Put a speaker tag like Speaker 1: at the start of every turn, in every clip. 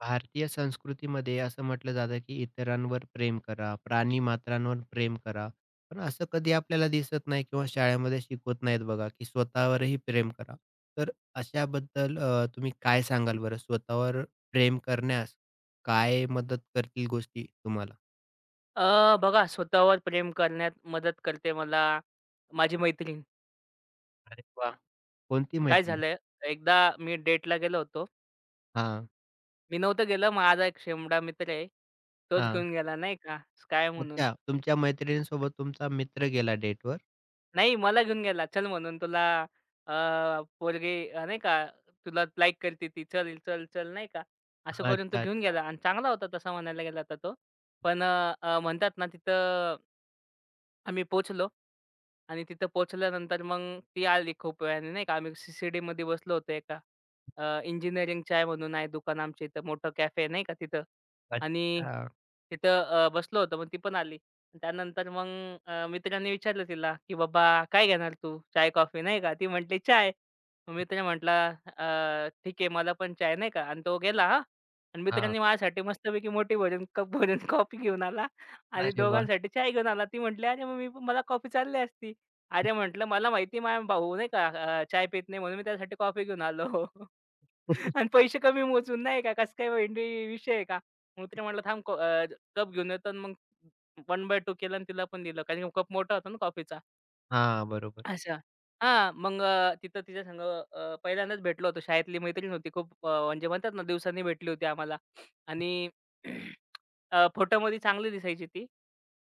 Speaker 1: भारतीय संस्कृतीमध्ये असं म्हटलं जातं की इतरांवर प्रेम करा, प्राणीमात्रांवर प्रेम करा. पण असं कधी आपल्याला दिसत नाही किंवा शाळेमध्ये शिकवत नाहीत बघा, की स्वतःवरही प्रेम करा. तर अशाबद्दल तुम्ही काय सांगाल बरं? स्वतःवर प्रेम करण्यास काय मदत करतील गोष्टी तुम्हाला?
Speaker 2: बघा स्वतःवर प्रेम करण्यात मदत करते मला माझी मैत्रीण.
Speaker 1: अरे वाह! कोणती
Speaker 2: काय
Speaker 1: मैत्रीण?
Speaker 2: झालंय, एकदा मी डेटला गेलो होतो.
Speaker 1: हां,
Speaker 2: मी नव्हतं गेलो. माझा एक शेमडा मित्र आहे. तोच
Speaker 1: हां.
Speaker 2: घेऊन गेला नाही का, काय म्हणून.
Speaker 1: अच्छा, तुमच्या मैत्रिणीसोबत तुमचा मित्र गेला डेटवर?
Speaker 2: नाही मला घेऊन गेला. चल म्हणून तुला अ, पोरगी नाही का तुला लाईक करते ती. चल, चल, चल नाही का. असं करून तो
Speaker 1: अच्छा,
Speaker 2: घेऊन
Speaker 1: अच्छा.
Speaker 2: गेला आणि चांगला होता तसा म्हणायला गेला तर तो. पण अ, अ, म्हणतात ना तिथं आम्ही पोहोचलो आणि तिथं पोहोचल्यानंतर मग ती आली खूप वेळाने नाही का. आम्ही सी मध्ये बसलो होतो एका इंजिनिअरिंग चाय म्हणून आहे दुकान आमच्या इथं मोठं कॅफे नाही का तिथं आणि
Speaker 1: अच्छा.
Speaker 2: तिथं बसलो होतो. मग ती पण आली. त्यानंतर मग मित्रांनी विचारलं तिला, की "बाबा काय घेणार तू? चाय, कॉफी?" नाही का. ती म्हटली, "चाय." मग मित्र म्हटला, "ठीक आहे मला पण चाय." नाही का आणि तो गेला हां. आणि
Speaker 1: हां.
Speaker 2: मित्रांनी माझ्यासाठी मस्तपैकी मोठी भरून कप भरून कॉफी घेऊन आला. आणि
Speaker 1: अरे वाह!
Speaker 2: दोघांसाठी चाय घेऊन आला. ती म्हटली, "अरे, मग मी पण- मला कॉफी चालली असती." "अरे," म्हटलं, "मला माहिती आहे माझा भाऊ नाही का चाय पित नाही म्हणून मी त्यासाठी कॉफी घेऊन आलो."
Speaker 1: हां,
Speaker 2: आणि पैसे कमी मोजून नाही का, कसं काय वेंडी विषय आहे का? मग तिने म्हटलं, "थांब कप घेऊन येतो." आणि मग 1/2 केलं आणि तिला पण दिलं. कारण कप मोठा होता ना कॉफीचा.
Speaker 1: बरोबर.
Speaker 2: अच्छा. हां, मग तिथं तिच्या संग पहिल्यांदाच भेटलो होतो. शाळेतली मैत्रीण होती खूप म्हणजे म्हणतात ना, दिवसांनी भेटली होती आम्हाला आणि फोटोमध्ये चांगली दिसायची ती.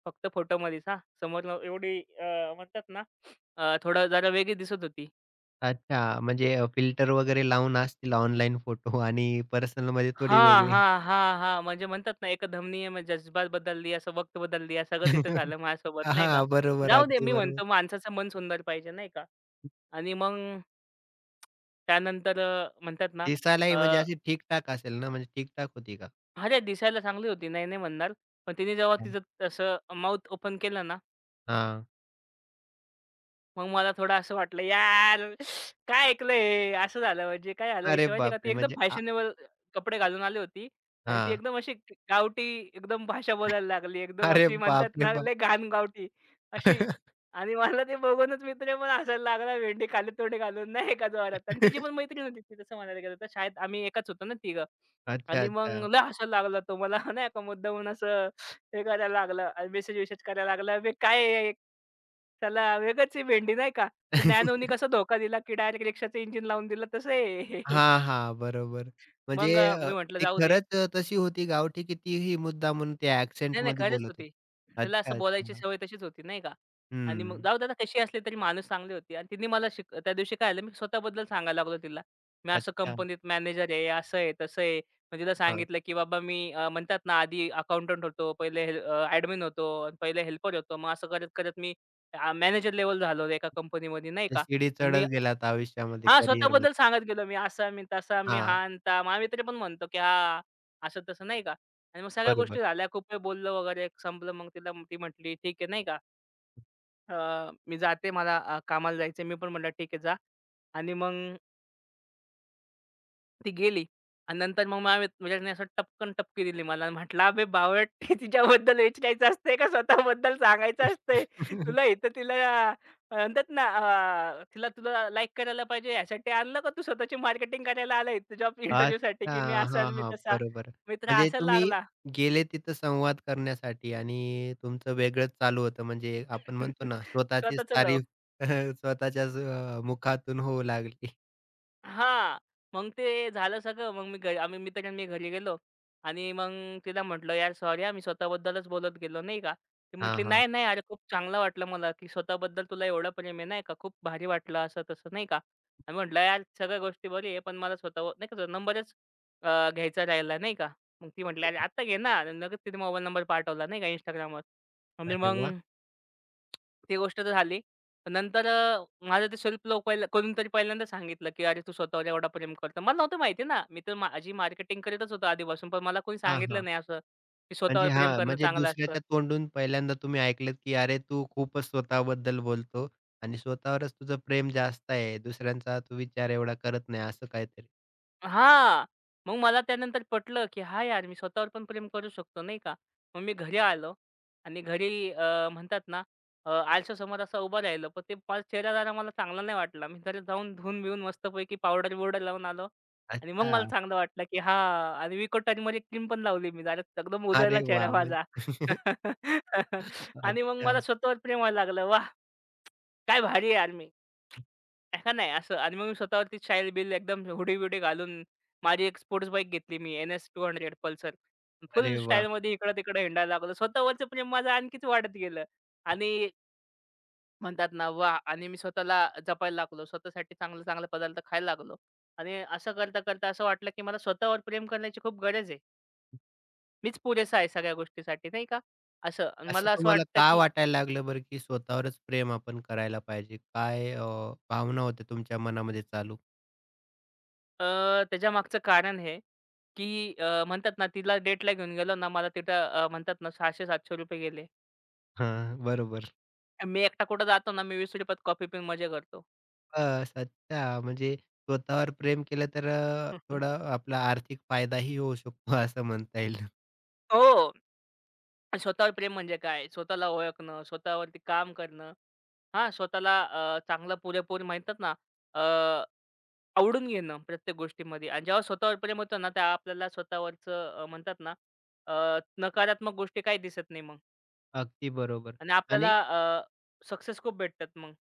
Speaker 2: फक्त फोटोमध्येच हां. समोरनं एवढी म्हणतात ना, थोडं जरा वेगळी दिसत होती.
Speaker 1: अच्छा, म्हणजे फिल्टर वगैरे लावून असतील ऑनलाईन फोटो आणि पर्सनलमध्ये थोडी
Speaker 2: हां,
Speaker 1: वेगळी.
Speaker 2: हां, हां, हां. म्हणजे म्हणतात ना, एक धमनीय म्हणजे जज्बात बदलली, असं वक्त बदलली, या सगळं तिथं झालं माझ्यासोबत नाही का.
Speaker 1: हां, बरोबर.
Speaker 2: जाऊ दे,
Speaker 1: अगदी
Speaker 2: मी
Speaker 1: बरोबर.
Speaker 2: म्हणतो माणसाचं मन सुंदर पाहिजे नाही का आणि मग त्यानंतर म्हणतात ना,
Speaker 1: दिसायलाही म्हणजे अशी ठीक-ठाक असेल ना, म्हणजे ठीक होती का?
Speaker 2: अरे, दिसायला चांगली होती. नाही, नाही म्हणणार. पण तिने जेव्हा
Speaker 1: हं.
Speaker 2: तिचं तसं माउथ ओपन केलं ना, मग मला थोडं असं वाटलं, "यार, काय ऐकलंय हे?" असं झालं म्हणजे काय झालं
Speaker 1: अरे
Speaker 2: विषय माहिती का? ती
Speaker 1: बापरे!
Speaker 2: एकदम
Speaker 1: म्हणजे आ
Speaker 2: फॅशनेबल कपडे घालून आली होती आणि ती
Speaker 1: हां.
Speaker 2: एकदम अशी गावठी एकदम भाषा बोलायला लागली. एकदम
Speaker 1: अरे
Speaker 2: अशी म्हणतात
Speaker 1: बापरे
Speaker 2: ना,
Speaker 1: बाप!
Speaker 2: लय घाण गावठी अशी. आणि मला ते बघूनच मित्र पण हसायला लागला भेंडी खाली तोंडी घालून नाही का जोरात. आणि तिची पण मैत्रीण होती ती तसं म्हणायला गेलं तर शाळेत आम्ही एकाच होतो ना तिघं.
Speaker 1: अच्छा,
Speaker 2: आणि
Speaker 1: अच्छा.
Speaker 2: मग लय हसायला लागला तो मला नाही का मुद्दामून असं हे करायला लागला आणि मेसेज-वेसेज करायला लागला. "अबे काय आहे?" त्याला वेगळंच आहे भेंडी नाही का. ते नॅनोनी कसा धोका दिला, की डायरेक्ट रिक्षाचं इंजिन लावून दिलं तसं आहे.
Speaker 1: हां, हां. बरोबर. म्हणजे
Speaker 2: मग
Speaker 1: अ,
Speaker 2: मी म्हटलं
Speaker 1: ती
Speaker 2: जाऊ दे.
Speaker 1: खरंच तशी होती गावठी की तीही मुद्दामून त्या
Speaker 2: नाही, नाही.
Speaker 1: ॲक्सेंटमध्ये
Speaker 2: खरंच
Speaker 1: बोलत
Speaker 2: होती.
Speaker 1: होती?
Speaker 2: तिला
Speaker 1: अच्छा,
Speaker 2: असं बोलायची
Speaker 1: अच्छा.
Speaker 2: सवय तशीच होती, नाही का? आणि मग
Speaker 1: हं.
Speaker 2: जाऊ दे आता कशी असली तरी माणूस चांगली होती आणि तिने मला शिक त्या दिवशी काय झालं मी स्वतःबद्दल सांगायला लागलो तिला. मी असं
Speaker 1: अच्छा.
Speaker 2: कंपनीत मॅनेजर आहे, असं आहे, तसं आहे. मग तिला सांगितलं, की बाबा मी म्हणतात ना आधी अकाउंटंट होतो, पहिले हेल्पर होतो. मग असं करत-करत मी मॅनेजर लेव्हल झालो एका कंपनीमध्ये, नाही
Speaker 1: त्या
Speaker 2: का?
Speaker 1: शिडी
Speaker 2: आणि मी
Speaker 1: चढत गेलात आयुष्यामध्ये,
Speaker 2: हां, स्वतःबद्दल
Speaker 1: करिअरमध्ये.
Speaker 2: सांगत गेलो मी. असा मी, तसा मी, हा
Speaker 1: हां,
Speaker 2: अन् ता. माझा मित्र पण म्हणतो, की "हां, असं-तसं," नाही का? आणि मग सगळ्या
Speaker 1: बरोबर.
Speaker 2: गोष्टी झाल्या. खूप वेळ बोललो वगैरे. संपलं मग तिला ती म्हटली, "ठीक आहे," नाही का, मी जाते. मला कामाला जायचं." मी पण म्हटलं, "ठीक आहे, जा." आणि मग ती गेली आणि नंतर मग माझ्या मित्राने असं टपकन टपकी दिली मला आणि म्हटलं, "अबे बावळट, तिच्याबद्दल विचारायचं असतंय का स्वतःबद्दल सांगायचं असतंय? तुला इथं तिला म्हणतात ना तिला तुला लाईक करायला पाहिजे यासाठी आणलं का तू स्वतःची मार्केटिंग करायला आलाय तुझ्या इंटरव्ह्यूसाठी
Speaker 1: अच्छा.
Speaker 2: की मी असा
Speaker 1: हां,
Speaker 2: आणि मी
Speaker 1: हां.
Speaker 2: तसा."
Speaker 1: बरोबर.
Speaker 2: मित्र
Speaker 1: म्हणजे
Speaker 2: हसायला
Speaker 1: तुम्ही
Speaker 2: लागला.
Speaker 1: गेले तिथं संवाद करण्यासाठी आणि तुमचं वेगळंच चालू होतं. म्हणजे आपण म्हणतो ना, स्वतःचीच
Speaker 2: स्वतःचं
Speaker 1: तारीफ स्वतःच्याच मुखातून होऊ लागली.
Speaker 2: हां. मग ते झालं सगळं. मग मी घरी आम्ही मित्र आणि मी घरी गेलो आणि मग तिला म्हटलं, "यार सॉरी हां, मी स्वतःबद्दलच बोलत गेलो," नाही का. ती
Speaker 1: हां,
Speaker 2: म्हटली,
Speaker 1: हां.
Speaker 2: "नाही, नाही. अरे खूप चांगलं वाटलं मला, की स्वतःबद्दल तुला एवढं प्रेम आहे नाही का. खूप भारी वाटलं," असं-तसं नाही का. आणि म्हटलं, "यार सगळ्या गोष्टी बरी आहे, पण मला स्वतःवर नाही का नंबरच घ्यायचा राहिला," नाही का. मग ती म्हटली, "अरे
Speaker 1: बरोबर.
Speaker 2: आता घे ना." आणि लगेच तिने मोबाईल नंबर पाठवला नाही का Instagramवर. आणि
Speaker 1: अरे
Speaker 2: मग
Speaker 1: वाह!
Speaker 2: ती गोष्ट तर झाली. पण नंतर माझं ते सेल्फ लव्ह पहिलं करून तरी पहिल्यांदा सांगितलं, की "अरे, तू स्वतःवर एवढा प्रेम करतो." मला नव्हतं माहिती ना. मी तर माझी मार्केटिंग करतच होतो आधीपासून, पण मला कोणी
Speaker 1: हां,
Speaker 2: सांगितलं
Speaker 1: हां.
Speaker 2: नाही असं, की स्वतःवर
Speaker 1: म्हणजे
Speaker 2: प्रेम
Speaker 1: हां,
Speaker 2: करणं
Speaker 1: म्हणजे
Speaker 2: चांगलं असतं.
Speaker 1: दुसऱ्याच्या तोंडून पहिल्यांदा तुम्ही ऐकलत, की "अरे, तू खूपच स्वतःबद्दल बोलतो आणि स्वतःवरच तुझं प्रेम जास्त आहे. दुसऱ्यांचा तू विचार एवढा करत नाही." असं काहीतरी.
Speaker 2: हां. मग मला त्यानंतर पटलं, की "हा यार मी स्वतःवर पण प्रेम करू शकतो." नाही का. मग मी घरी आलो आणि घरी म्हणतात ना आरशासमोर असं उभं राहिलं. पण ते माझा चेहरा जरा मला चांगला नाही वाटला. मी जरा जाऊन धुवून-बिवून मस्तपैकी पावडर-बिवडर लावून आलो आणि मग
Speaker 1: अच्छा.
Speaker 2: मला चांगलं वाटलं, की हां आणि विको टर्मरिक क्रीम पण लावली मी जरा एकदम उजळला
Speaker 1: अरे
Speaker 2: चेहरा
Speaker 1: वाह!
Speaker 2: माझा.
Speaker 1: म्हणजे
Speaker 2: आणि मग
Speaker 1: अच्छा.
Speaker 2: मला स्वतःवर प्रेम व्हायला लागलं. वाह! काय भारी आहे यार मी. हां, नाही असं आणि मग मी स्वतःवरती शाईल बिल एकदम हुडी-बिडी घालून माझी एक स्पोर्ट्स बाईक घेतली मी NS200 पल्सर. फुल
Speaker 1: अरे वाह!
Speaker 2: स्टाईलमध्ये इकडं-तिकडं हिंडायला लागलो. स्वतःवरचं प्रेम माझं आणखीच वाढत गेलं आणि म्हणतात ना वाह! आणि मी स्वतःला जपायला लागलो. स्वतःसाठी चांगले-चांगले पदार्थ खायला लागलो आणि असं करता-करता असं वाटलं, की मला स्वतःवर प्रेम करण्याची खूप गरज आहे. मीच पुरेसा आहे सगळ्या गोष्टीसाठी नाही का? असं आणि
Speaker 1: असं
Speaker 2: मला असं
Speaker 1: तुम्हाला
Speaker 2: वाटतं,
Speaker 1: का
Speaker 2: की
Speaker 1: वाटायला लागलं बरं, की स्वतःवरच प्रेम आपण करायला पाहिजे? काय भावना होत्या तुमच्या मनामध्ये चालू?
Speaker 2: अ, त्याच्यामागचं कारण हे, की म्हणतात ना तिला डेटला घेऊन गेलो ना, मला तिथं म्हणतात ना ₹600-700 गेले.
Speaker 1: हां, बरोबर.
Speaker 2: मी एकटा कुठं जातो ना, मी ₹20त कॉफी पिऊन मजा करतो.
Speaker 1: बस. अच्छा. म्हणजे स्वतःवर प्रेम केलं तर थोडा आपला आर्थिक फायदाही होऊ शकतो असं म्हणता येईल.
Speaker 2: हो, स्वतःवर प्रेम म्हणजे काय? स्वतःला ओळखणं, स्वतःवरती काम करणं, हां, स्वतःला चांगलं पुरेपूर म्हणतात ना अ, आवडून घेणं प्रत्येक गोष्टीमध्ये आणि जेव्हा स्वतःवर प्रेम होतं ना, तेव्हा आपल्याला स्वतःवरचं म्हणतात ना अ, नकारात्मक गोष्टी काही दिसत नाही मग
Speaker 1: अगदी बरोबर.
Speaker 2: आणि
Speaker 1: आणि
Speaker 2: आपल्याला सक्सेस खूप भेटतात मग.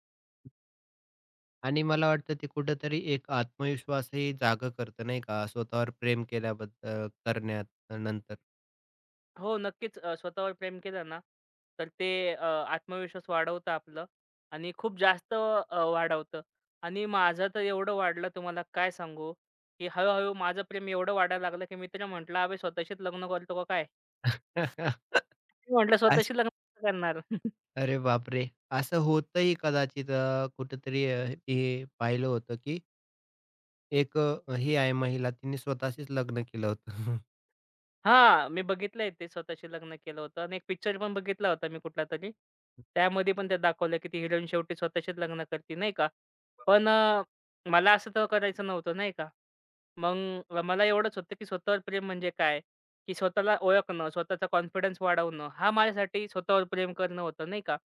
Speaker 1: आणि मला वाटतं ते कुठेतरी एक आत्मविश्वासही जागा करतं नाही का, स्वतःवर प्रेम केल्याबद्दल करण्यात नंतर.
Speaker 2: हो, नक्कीच. स्वतःवर प्रेम केलं ना, तर ते आत्मविश्वास वाढवतं आपलं आणि खूप जास्त वाढवतं आणि माझं तर एवढं वाढलं तुम्हाला काय सांगू, की हळू-हळू माझं प्रेम एवढं वाढायला लागलं, की मित्र म्हटला, "अबे स्वतःशीच लग्न करतो का काय?" मी म्हटलं,
Speaker 1: असं
Speaker 2: "स्वतःशी लग्न कसं करणार?"
Speaker 1: अरे बापरे! असं होतंही कदाचित कुठेतरी हे पाहिलं होतं, की एक ही आहे महिला तिने स्वतःशीच लग्न केलं होतं.
Speaker 2: हां, मी बघितलंय ते स्वतःशी लग्न केलं होतं आणि एक पिक्चर पण बघितला होता मी कुठलातरी. त्यामध्ये पण ते दाखवलं, की ती हिरोईन शेवटी स्वतःशीच लग्न करते नाही का. पण मला असं तेव्हा करायचं नव्हतं नाही का. मग मला एवढंच होतं, की स्वतःवर प्रेम म्हणजे काय? की स्वतःला ओळखणं, स्वतःचा कॉन्फिडन्स वाढवणं, हा माझ्यासाठी स्वतःवर प्रेम करणं होतं नाही का.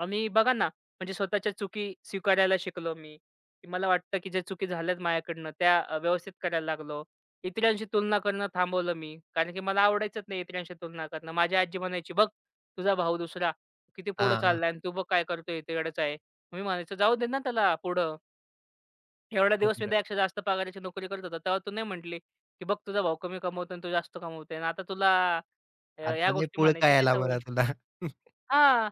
Speaker 2: आणि बघा ना, म्हणजे स्वतःच्या चुकी स्वीकारायला शिकलो मी. की मला वाटतं, की ज्या चुकी झाल्यात माझ्याकडनं त्या व्यवस्थित करायला लागलो. इतरांशी तुलना करणं थांबवलं मी. कारण की मला आवडायचंच नाही इतरांशी तुलना करणं. माझी आजी म्हणायची, "बघ तुझा भाऊ दुसरा किती पुढे
Speaker 1: हां,
Speaker 2: चाललाय आणि तू बघ काय करतोय इकडेच आहे." मी म्हणायचो, "जाऊ दे ना त्याला पुढं." एवढा दिवस मी
Speaker 1: बरोबर आहे.
Speaker 2: त्यापेक्षा जास्त पगाराची नोकरी करत होता. तेव्हा तू नाही म्हटली, की "बघ तुझा भाऊ कमी कमवतो आणि तू जास्त कमवतोय आणि आता तुला या
Speaker 1: आता लय
Speaker 2: गोष्टी
Speaker 1: पुळका
Speaker 2: म्हणायची काय
Speaker 1: यायला
Speaker 2: सवय?"
Speaker 1: मला तुला.
Speaker 2: हां.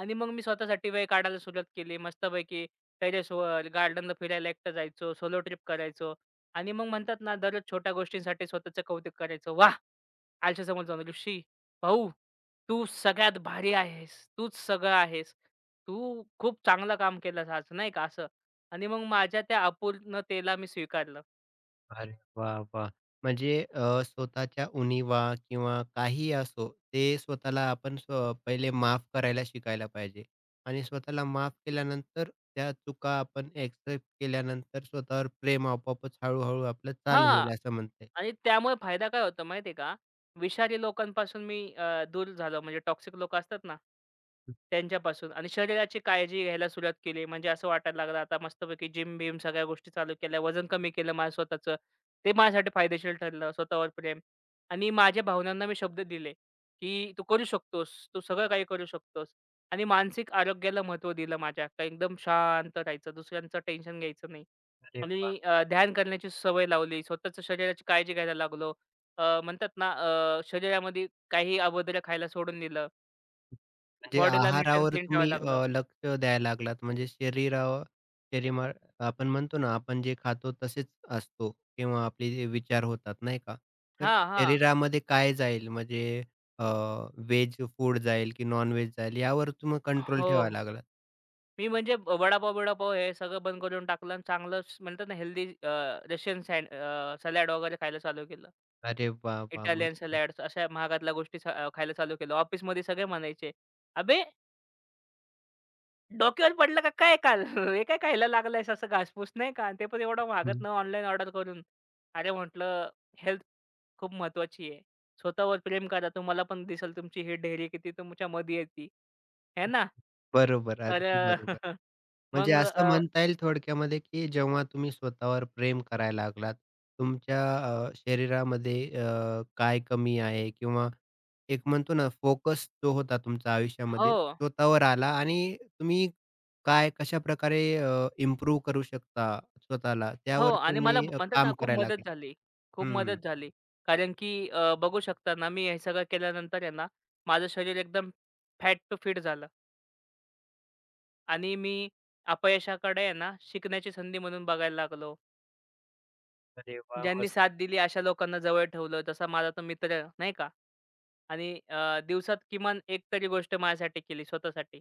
Speaker 2: आणि मग मी स्वतःसाठी वेळ काढायला सुरुवात केली. मस्तपैकी टेरेसवर, गार्डनला फिरायला एकटं जायचो, सोलो ट्रिप करायचो आणि मग म्हणतात ना, दररोज छोट्या गोष्टींसाठी स्वतःचं कौतुक करायचो. "वाह! आरशासमोर जाऊन, ऋषी भाऊ, तू सगळ्यात भारी आहेस. तूच सगळं आहेस. तू खूप चांगलं काम केलंस आज." नाही का असं. आणि मग माझ्या त्या अपूर्णतेला मी स्वीकारलं.
Speaker 1: अरे वाह! वाह! म्हणजे स्वतःच्या उणीवा किंवा काहीही असो, ते स्वतःला आपण स्व पहिले माफ करायला शिकायला पाहिजे आणि स्वतःला माफ केल्यानंतर त्या चुका आपण एक्सेप्ट केल्यानंतर स्वतःवर प्रेम आपोआपच हळू-हळू आपलं चालू
Speaker 2: हां.
Speaker 1: होईल असं म्हणता
Speaker 2: आणि त्यामुळे फायदा काय होतो माहिती आहे का? विषारी लोकांपासून मी दूर झालो. म्हणजे टॉक्सिक लोकं असतात ना, त्यांच्यापासून आणि शरीराची काळजी घ्यायला सुरुवात केली. म्हणजे असं वाटायला लागलं आता मस्तपैकी जिम-बिम सगळ्या गोष्टी चालू केल्या. वजन कमी केलं माझं स्वतःचं. ते माझ्यासाठी फायदेशीर ठरलं. स्वतःवर प्रेम आणि माझ्या भावनांना मी शब्द दिले, की "तू करू शकतोस. तू सगळं काही करू शकतोस." आणि मानसिक आरोग्याला महत्त्व दिलं माझ्या. का एकदम शांत राहायचं, दुसऱ्यांचं टेन्शन घ्यायचं नाही.
Speaker 1: अरे
Speaker 2: आणि
Speaker 1: वाह!
Speaker 2: ध्यान करण्याची सवय लावली. स्वतःच्या शरीराची काळजी घ्यायला लागलो. म्हणतात ना शरीरामध्ये काही अभद्र खायला सोडून दिलं.
Speaker 1: म्हणजे
Speaker 2: बॉडीला नीट अँड
Speaker 1: आहारावर
Speaker 2: क्लीन ठेवायला
Speaker 1: तुम्ही
Speaker 2: लागलो.
Speaker 1: लक्ष द्यायला लागलात. म्हणजे शरीरावर शरीमा आपण म्हणतो ना, आपण जे खातो तसेच असतो किंवा आपले जे विचार होतात, नाही का? तर
Speaker 2: हां, हां.
Speaker 1: शरीरामध्ये काय जाईल म्हणजे अ, व्हेज फूड जाईल की नॉन-व्हेज जाईल यावर तुम्ही कंट्रोल
Speaker 2: हो.
Speaker 1: ठेवायला लागलात.
Speaker 2: मी म्हणजे वडापाव-बिडापाव हे सगळं बंद करून टाकलं आणि चांगलंच म्हणतात ना हेल्दी रशियन सँड वगैरे खायला चालू केलं.
Speaker 1: अरे वाह, वा
Speaker 2: इटालियन
Speaker 1: मस्त.
Speaker 2: सलाड्स अशा महागातल्या गोष्टी खायला चालू केलं. ऑफिसमध्ये सगळे म्हणायचे, "अबे! डोक्यावर पडलं का काय काल? हे काय खायला लागलायस असं घासपूस नाही का? ते पण एवढं
Speaker 1: हं.
Speaker 2: महागातनं ऑनलाईन ऑर्डर करून. अरे म्हटलं हेल्थ खूप महत्वाची आहे. स्वतःवर प्रेम करा. तुम्हाला पण दिसेल तुमची ही ढेरी किती तुमच्यामध्ये येते. आहे ना?
Speaker 1: बरोबर,
Speaker 2: तर
Speaker 1: अगदी बरोबर. म्हणजे
Speaker 2: मग
Speaker 1: असं म्हणता येईल थोडक्यामध्ये, की जेव्हा तुम्ही स्वतःवर प्रेम करायला लागलात, तुमच्या शरीरामध्ये काय कमी आहे किंवा एक म्हणतो ना फोकस जो होता तुमच्या आयुष्यामध्ये
Speaker 2: हो,
Speaker 1: स्वतःवर आला आणि तुम्ही काय कशाप्रकारे इम्प्रूव्ह करू शकता स्वतःला त्यावर
Speaker 2: आणि मला
Speaker 1: तुम्ही
Speaker 2: म्हणतात ना
Speaker 1: काम
Speaker 2: खूप
Speaker 1: करायला
Speaker 2: मदत
Speaker 1: लागलात.
Speaker 2: झाली. खूप
Speaker 1: हं.
Speaker 2: मदत झाली. कारण की बघू शकता ना मी हे सगळं केल्यानंतर आहे ना, माझं शरीर एकदम फॅट टू फिट झालं आणि मी अपयशाकडे आहे ना शिकण्याची संधी म्हणून बघायला लागलो.
Speaker 1: अरे वाह!
Speaker 2: ज्यांनी
Speaker 1: मस्त.
Speaker 2: साथ दिली अशा लोकांना जवळ ठेवलं. तसा माझा तो मित्र नाही का आणि दिवसात किमान एक तरी गोष्ट माझ्यासाठी केली स्वतःसाठी.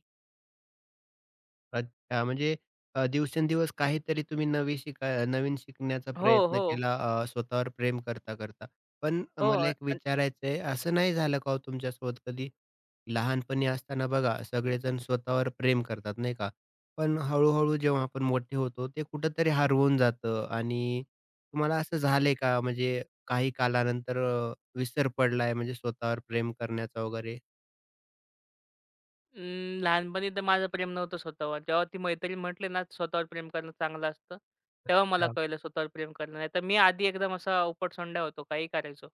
Speaker 1: अच्छा, म्हणजे दिवसेंदिवस काहीतरी तुम्ही नवी शिकाय नवीन शिकण्याचा
Speaker 2: हो,
Speaker 1: प्रयत्न
Speaker 2: हो,
Speaker 1: केला स्वतःवर प्रेम करता, करता. पण
Speaker 2: हो.
Speaker 1: मला एक
Speaker 2: अन्
Speaker 1: विचारायचं असं नाही झालं का हो तुमच्यासोबत कधी? लहानपणी असताना बघा सगळेजण स्वतःवर प्रेम करतात, नाही का? पण हळू जेव्हा आपण मोठे होतो, ते कुठेतरी हरवून जातं आणि तुम्हाला असं झालंय का? म्हणजे काही कालानंतर विसर पडलाय म्हणजे स्वतःवर प्रेम करण्याचा वगैरे?
Speaker 2: अं, लहानपणी तर माझं प्रेम नव्हतं स्वतःवर. जेव्हा ती मैत्रीण म्हटली ना, स्वतःवर प्रेम करणं चांगलं असतं. तेव्हा मला कळलं स्वतःवर प्रेम करणं. नाहीतर मी आधी एकदम असा उपटसोंडा होतो. काही करायचो.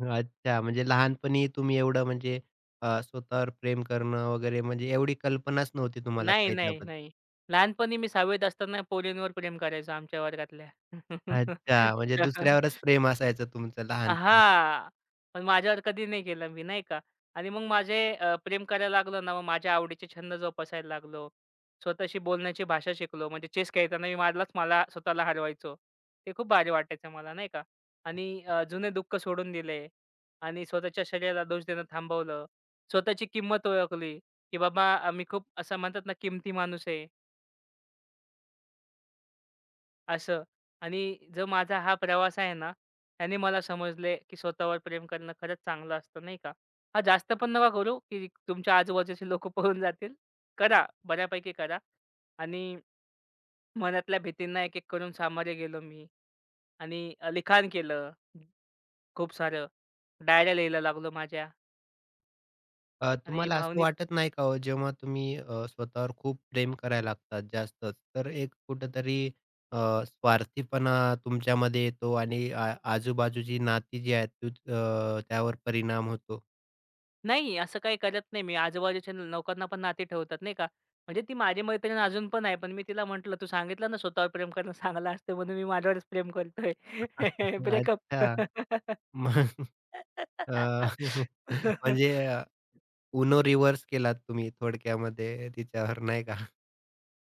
Speaker 1: अच्छा, म्हणजे लहानपणी तुम्ही एवढं म्हणजे स्वतःवर प्रेम करणं वगैरे म्हणजे एवढी कल्पनाच नव्हती तुम्हाला
Speaker 2: नाही,
Speaker 1: काही
Speaker 2: नाही,
Speaker 1: त्याबद्दल.
Speaker 2: नाही. लहानपणी मी 6वीत असताना पोरींवर प्रेम करायचो आमच्या वर्गातल्या.
Speaker 1: अच्छा, म्हणजे दुसऱ्यावरच प्रेम असायचं तुमचं लहानपणी.
Speaker 2: हां. पण माझ्यावर कधी नाही केलं मी नाही का. आणि मग माझे प्रेम करायला लागलो ना, मग माझ्या आवडीचे छंद जोपासायला लागलो. स्वतःशी बोलण्याची भाषा शिकलो. म्हणजे चेस खेळताना मी मधलाच मला स्वतःला हरवायचो. ते खूप भारी वाटायचं मला नाही का. आणि जुने दुःख सोडून दिले आणि स्वतःच्या शरीराला दोष देणं थांबवलं. स्वतःची किंमत ओळखली, की बाबा मी खूप असं म्हणतात ना किमती माणूस आहे. असं. आणि जो माझा हा प्रवास आहे ना, त्याने मला समजले, की स्वतःवर प्रेम करणं खरंच चांगलं असतं, नाही का. हां, जास्त पण नका करू, की तुमच्या आजूबाजूचे लोकं पळून जातील. करा, बऱ्यापैकी करा. आणि मनातल्या भीतींना एक-एक करून सामोरे गेलो मी आणि लिखाण केलं खूप सारं. डायऱ्या लिहायला लागलो माझ्या आणि
Speaker 1: तुम्हाला असं
Speaker 2: भावनिक
Speaker 1: वाटत नाही का हो, जेव्हा तुम्ही स्वतःवर खूप प्रेम करायला लागतात जास्तच, तर एक कुठेतरी अ, स्वार्थीपणा तुमच्यामध्ये येतो आणि आ आजूबाजूची नाती जी आहेत ती त्यावर परिणाम होतो.
Speaker 2: नाही, असं काही करत नाही मी. आजूबाजूच्या लोकांना पण नाती ठेवतात, नाही का. म्हणजे ती माझी मैत्रीण अजून पण आहे. पण मी तिला म्हटलं, "तू सांगितलं ना, स्वतःवर प्रेम करणं चांगलं असतं, म्हणून मी माझ्यावरच प्रेम करतोय." ब्रेकअप.
Speaker 1: अच्छा. मग अ, म्हणजे UNO रिव्हर्स केलात तुम्ही थोडक्यामध्ये तिच्यावर नाही का?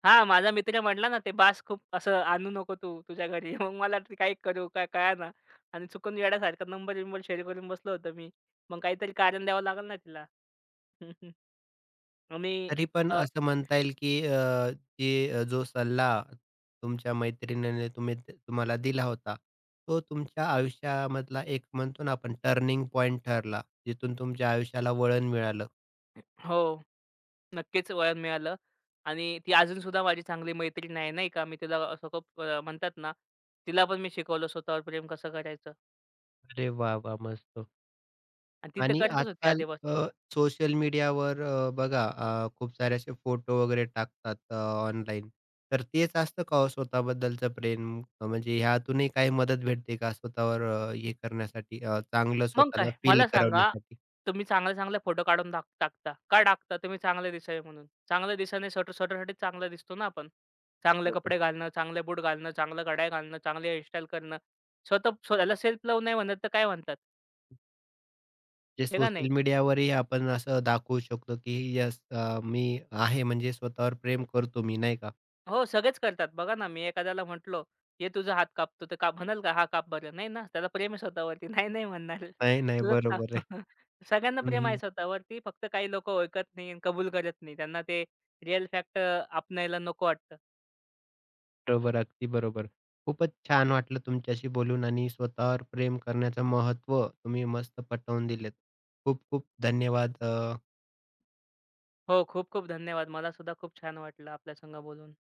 Speaker 2: हां, माझा मित्र म्हटला ना, "ते बास खूप असं आणू नको तू तुझ्या घरी." मग मला ते काय करू, काय कळेना आणि चुकून वेड्यासारखा नंबर-बिंबर शेअर करून बसलो होतो मी. मग काहीतरी कारण द्यावं लागेल ना तिला. आणि
Speaker 1: तरी पण
Speaker 2: अ,
Speaker 1: असं म्हणता येईल की जे जो सल्ला तुमच्या मैत्रिणीने तुम्ही तुम्हाला दिला होता, तो तुमच्या आयुष्यामधला एक म्हणतो ना आपण टर्निंग पॉइंट ठरला, जिथून तुमच्या आयुष्याला वळण मिळालं.
Speaker 2: हो. नक्कीच वळण मिळालं आणि ती अजूनसुद्धा माझी चांगली मैत्रीण आहे, नाही का. मी तिला असं खूप म्हणतात ना, तिला पण मी शिकवलं स्वतःवर प्रेम कसं करायचं
Speaker 1: अरे वाह, वाह! मस्त.
Speaker 2: आणि ती तर
Speaker 1: आणि
Speaker 2: करतच होती
Speaker 1: आजकाल
Speaker 2: आधीपासून.
Speaker 1: सोशल मीडियावर बघा खूप सारे असे फोटो वगैरे टाकतात ऑनलाईन. तर तेच असतं का हो स्वतःबद्दलचं प्रेम? म्हणजे ह्यातूनही काही मदत भेटते का स्वतःवर हे करण्यासाठी चांगलं
Speaker 2: मग काय,
Speaker 1: स्वतःला फील
Speaker 2: मला सांगा,
Speaker 1: करवण्यासाठी?
Speaker 2: तुम्ही चांगले-चांगले फोटो काढून टाकता. का टाकता? तुम्ही चांगले दिसावे म्हणून. चांगले दिसाने स्वतः स्वतःसाठीच चांगला दिसतो ना आपण. चांगले
Speaker 1: बरोबर.
Speaker 2: कपडे घालणं, चांगले बूट घालणं, चांगलं घड्याळ घालणं, चांगली हेअरस्टाईल करणं. स्वतः स्वतःला सेल्फ लव्ह नाही म्हणत तर काय म्हणतात?
Speaker 1: जे
Speaker 2: हे का
Speaker 1: सोशल
Speaker 2: नाही?
Speaker 1: मीडियावरही आपण असं दाखवू शकतो, की "येस मी आहे म्हणजे स्वतःवर प्रेम करतो मी." नाही का?
Speaker 2: हो, सगळेच करतात. बघा ना, मी एखाद्याला म्हटलो, "ये तुझा हात कापतो." तर का म्हणाल का, "हा काप बरं." "नाही ना, त्याला प्रेम आहे स्वतःवरती." "नाही, नाही" म्हणणार.
Speaker 1: नाही, नाही.
Speaker 2: "तुझाच काप."
Speaker 1: बरोबर आहे.
Speaker 2: सगळ्यांना प्रेम आहे स्वतःवरती. फक्त काही लोकं ओळखत नाही आणि कबूल करत नाही. त्यांना ते रिअल फॅक्ट अपनायला नको वाटतं.
Speaker 1: बरोबर, अगदी बरोबर. खूपच छान वाटलं तुमच्याशी बोलून आणि स्वतःवर प्रेम करण्याचं महत्त्व तुम्ही मस्त पटवून दिलेत. खूप खूप धन्यवाद.
Speaker 2: हो, खूप खूप धन्यवाद. मला सुद्धा खूप छान वाटलं आपल्या संग बोलून.